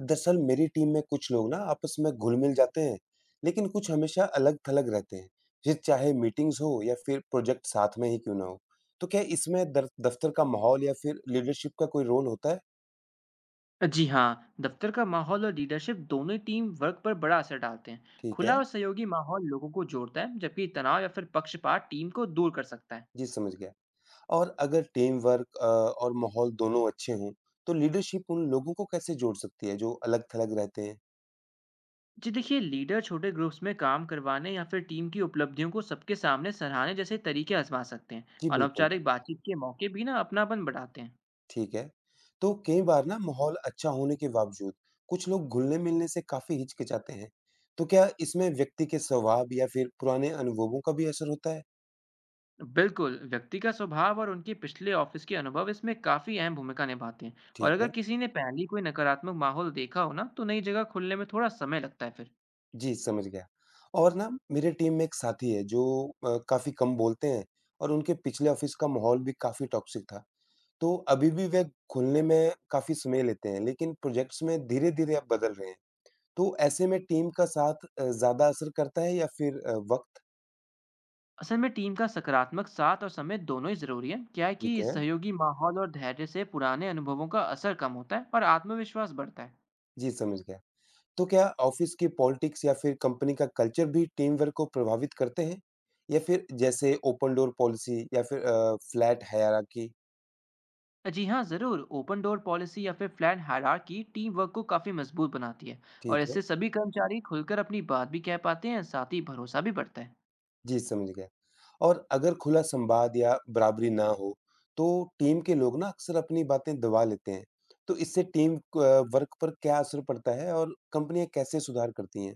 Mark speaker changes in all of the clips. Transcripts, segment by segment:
Speaker 1: दरअसल मेरी टीम में कुछ लोग ना आपस में घुल-मिल जाते हैं, लेकिन कुछ हमेशा अलग-थलग रहते हैं, ये चाहे मीटिंग्स हो या फिर प्रोजेक्ट साथ में ही क्यों ना हो। तो क्या इसमें दर दफ्तर का माहौल या फिर लीडरशिप का कोई रोल होता है?
Speaker 2: जी हाँ, दफ्तर का माहौल और लीडरशिप दोनों ही टीम वर्क पर बड़ा असर डालते हैं।
Speaker 1: ठीक है,
Speaker 2: खुला और सहयोगी माहौल लोगों को जोड़ता है, जबकि तनाव या फिर पक्षपात टीम को दूर कर सकता है।
Speaker 1: जी समझ गया। और अगर टीम वर्क और माहौल दोनों अच्छे हों, तो लीडरशिप उन लोगों को कैसे जोड़ सकती है जो अलग-थलग रहते हैं?
Speaker 2: जी देखिए, लीडर छोटे ग्रुप्स में काम करवाने या फिर टीम की उपलब्धियों को सबके सामने सराहने जैसे तरीके आजमा सकते हैं।
Speaker 1: जी बिल्कुल।
Speaker 2: अनौपचारिक बातचीत के मौके भी ना अपनापन बढ़ाते हैं।
Speaker 1: ठीक है। तो कई बार ना माहौल अच्छा होने के बावजूद कुछ लोग घुलने-मिलने से काफ़ी हिचकिचाते हैं। तो क्या इसमें व्यक्ति के स्वभाव या फिर पुराने अनुभवों का भी असर होता है?
Speaker 2: बिल्कुल, व्यक्ति का स्वभाव और उनके पिछले ऑफिस के अनुभव इसमें काफी अहम भूमिका निभाते हैं। और
Speaker 1: ठीक
Speaker 2: अगर
Speaker 1: है।
Speaker 2: किसी ने पहले ही कोई नकारात्मक माहौल देखा हो ना, तो नई जगह खुलने में थोड़ा समय लगता है फिर।
Speaker 1: जी, समझ गया। और ना मेरे टीम में एक साथी है जो काफ़ी कम बोलते हैं और उनके पिछले ऑफ़िस का माहौल भी काफ़ी टॉक्सिक था। तो अभी भी वह घुलने में काफ़ी समय लेते हैं, लेकिन प्रोजेक्ट्स में धीरे-धीरे अब बदल रहे हैं। तो ऐसे में टीम का साथ ज़्यादा असर करता है या फिर वक़्त?
Speaker 2: असल में टीम का सकारात्मक साथ और समय दोनों ही जरूरी है। क्या है
Speaker 1: ठीक
Speaker 2: कि
Speaker 1: है।
Speaker 2: सहयोगी माहौल और धैर्य से पुराने अनुभवों का असर कम होता है और आत्मविश्वास बढ़ता है।
Speaker 1: जी, समझ गया। तो क्या ऑफिस की पॉलिटिक्स या फिर कंपनी का कल्चर भी टीम वर्क को प्रभावित करते हैं? या फिर जैसे ओपन डोर पॉलिसी या फिर फ्लैट हायरार्की।
Speaker 2: जी हाँ, ज़रूर। ओपन डोर पॉलिसी या फिर फ्लैट हायरार्की टीम वर्क को काफ़ी मजबूत बनाती है। और
Speaker 1: ठीक
Speaker 2: इससे
Speaker 1: है,
Speaker 2: सभी कर्मचारी खुलकर अपनी बात भी कह पाते हैं, साथ ही भरोसा भी बढ़ता है।
Speaker 1: जी समझ गया। और अगर खुला संवाद या बराबरी ना हो, तो टीम के लोग ना अक्सर अपनी बातें दबा लेते हैं। तो इससे टीम क वर्क पर क्या असर पड़ता है और कंपनियाँ कैसे सुधार करती हैं?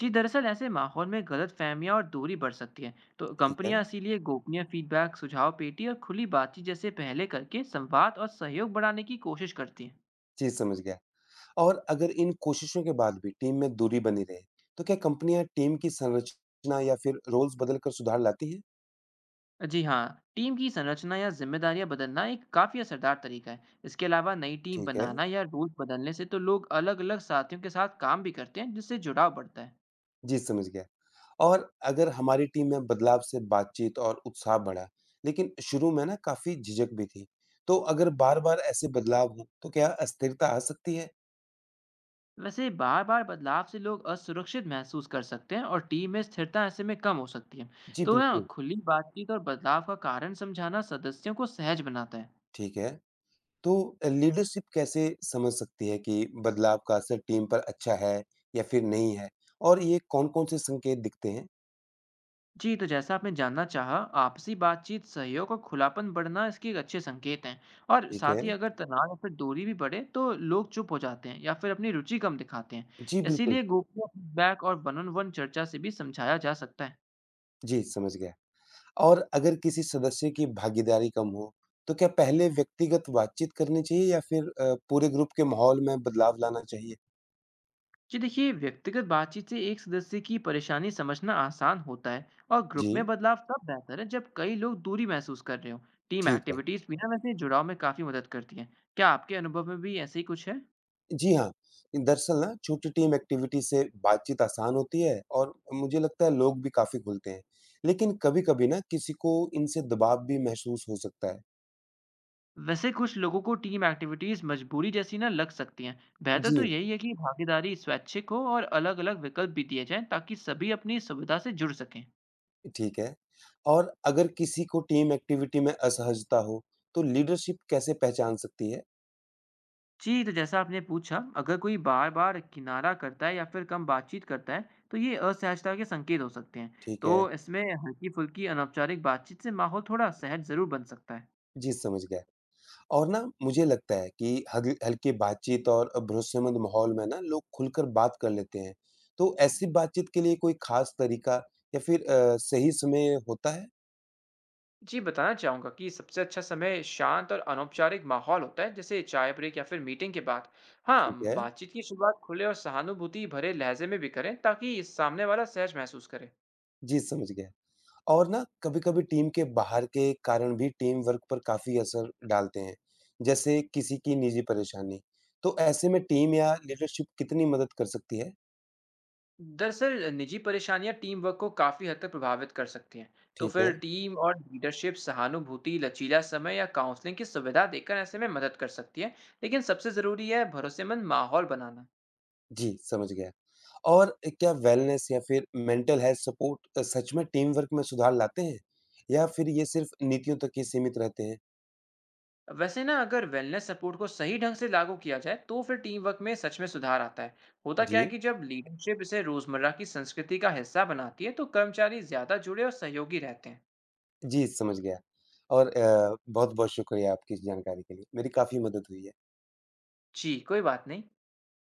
Speaker 2: जी दरअसल, ऐसे माहौल में गलत फहमियाँ और दूरी बढ़ सकती है। तो
Speaker 1: ठीक है,
Speaker 2: कंपनियां इसीलिए गोपनीय फीडबैक, सुझाव पेटी और खुली बातचीत जैसे पहले करके संवाद और सहयोग बढ़ाने की कोशिश करती हैं।
Speaker 1: जी समझ गया। और अगर इन कोशिशों के बाद भी टीम में दूरी बनी रहे, तो क्या कंपनियां टीम की संरचना या फिर रोल्स बदलकर सुधार लाती हैं?
Speaker 2: जी हाँ, टीम की संरचना या जिम्मेदारियां बदलना एक काफी असरदार तरीका है। इसके अलावा नई टीम
Speaker 1: ठीक है,
Speaker 2: बनाना या रूल बदलने से तो लोग अलग अलग साथियों के साथ काम भी करते हैं, जिससे जुड़ाव बढ़ता है।
Speaker 1: जी समझ गया। और अगर हमारी टीम में बदलाव से बातचीत और उत्साह बढ़ा, लेकिन शुरू में ना काफी झिझक भी थी, तो अगर बार-बार ऐसे बदलाव हों, तो क्या अस्थिरता आ सकती है?
Speaker 2: वैसे बार बार बदलाव से लोग असुरक्षित महसूस कर सकते हैं और टीम में स्थिरता ऐसे में कम हो सकती है।
Speaker 1: जी
Speaker 2: तो यहाँ
Speaker 1: बिल्कुल,
Speaker 2: खुली बातचीत और बदलाव का कारण समझाना सदस्यों को सहज बनाता है।
Speaker 1: ठीक है। तो लीडरशिप कैसे समझ सकती है कि बदलाव का असर टीम पर अच्छा है या फिर नहीं है? और ये कौन-कौन से संकेत दिखते हैं?
Speaker 2: जी, तो जैसा आपने जानना चाहा, आपसी बातचीत, सहयोग और खुलापन बढ़ना इसके एक अच्छे संकेत हैं। और
Speaker 1: ठीक है,
Speaker 2: साथ ही अगर तनाव या फिर दूरी भी बढ़े, तो लोग चुप हो जाते हैं या फिर अपनी रुचि कम दिखाते हैं।
Speaker 1: जी बिल्कुल।
Speaker 2: इसीलिए गोपनीय फीडबैक और वन ऑन वन चर्चा से भी समझाया जा सकता है।
Speaker 1: जी, समझ गया। और अगर किसी सदस्य की भागीदारी कम हो, तो क्या पहले व्यक्तिगत बातचीत करनी चाहिए या फिर पूरे ग्रुप के माहौल में बदलाव लाना चाहिए?
Speaker 2: जी देखिए, व्यक्तिगत बातचीत से एक सदस्य की परेशानी समझना आसान होता है। और ग्रुप में
Speaker 1: जी,
Speaker 2: बदलाव तब बेहतर है जब कई लोग दूरी महसूस कर रहे हो। टीम
Speaker 1: ठीक है।
Speaker 2: एक्टिविटीज भी ना वैसे जुड़ाव में काफी मदद करती है। क्या आपके अनुभव में भी ऐसे ही कुछ है?
Speaker 1: जी हाँ, दरअसल ना छोटी टीम एक्टिविटी से बातचीत आसान होती है और मुझे लगता है लोग भी काफ़ी खुलते हैं। लेकिन कभी-कभी ना किसी को इनसे दबाव भी महसूस हो सकता है।
Speaker 2: वैसे कुछ लोगों को टीम एक्टिविटीज मजबूरी जैसी ना लग सकती हैं। बेहतर तो
Speaker 1: जी,
Speaker 2: यही है कि भागीदारी स्वैच्छिक हो और अलग अलग विकल्प भी दिए जाएं, ताकि सभी अपनी सुविधा से जुड़ सकें।
Speaker 1: ठीक है। और अगर किसी को टीम एक्टिविटी में असहजता हो, तो लीडरशिप कैसे पहचान सकती है?
Speaker 2: जी, तो जैसा आपने पूछा, अगर कोई बार बार किनारा करता है या फिर कम बातचीत करता है, तो ये असहजता के संकेत हो सकते हैं।
Speaker 1: ठीक
Speaker 2: तो
Speaker 1: है,
Speaker 2: इसमें हल्की फुल्की अनौपचारिक बातचीत से माहौल थोड़ा सहज जरूर बन सकता है।
Speaker 1: जी समझ गया। और ना मुझे लगता है कि हग हल्की बातचीत और भरोसेमंद माहौल में ना लोग खुलकर बात कर लेते हैं। तो ऐसी बातचीत के लिए कोई खास तरीका या फिर सही समय होता है?
Speaker 2: जी बताना चाहूँगा कि सबसे अच्छा समय शांत और अनौपचारिक माहौल होता है, जैसे चाय ब्रेक या फिर मीटिंग के बाद। हाँ,
Speaker 1: ठीक है।
Speaker 2: बातचीत की शुरुआत खुले और सहानुभूति भरे लहजे में भी करें, ताकि सामने वाला सहज महसूस करे।
Speaker 1: जी, समझ गया। और ना कभी-कभी टीम के बाहर के कारण भी टीम वर्क पर काफ़ी असर डालते हैं, जैसे किसी की निजी परेशानी। तो ऐसे में टीम या लीडरशिप कितनी मदद कर सकती है?
Speaker 2: दरअसल निजी परेशानियां टीम वर्क को काफ़ी हद तक प्रभावित कर सकती हैं। तो
Speaker 1: ठीक है।
Speaker 2: फिर टीम और लीडरशिप सहानुभूति, लचीला समय या काउंसलिंग की सुविधा देकर ऐसे में मदद कर सकती है। लेकिन सबसे ज़रूरी है भरोसेमंद माहौल बनाना।
Speaker 1: जी, समझ गया। और क्या वेलनेस या फिर मेंटल हेल्थ सपोर्ट सच में टीम वर्क में सुधार लाते हैं? या फिर ये सिर्फ नीतियों तक ही सीमित रहते हैं?
Speaker 2: वैसे ना, अगर वेलनेस सपोर्ट को सही ढंग से लागू किया जाए, तो फिर टीम वर्क में सच में सुधार आता है। होता क्या है
Speaker 1: जी।
Speaker 2: कि जब लीडरशिप इसे रोजमर्रा की संस्कृति का हिस्सा बनाती है, तो कर्मचारी ज्यादा जुड़े और सहयोगी रहते हैं।
Speaker 1: जी, समझ गया। और बहुत-बहुत शुक्रिया आपकी इस जानकारी के लिए। मेरी काफ़ी मदद हुई है।
Speaker 2: जी कोई बात नहीं।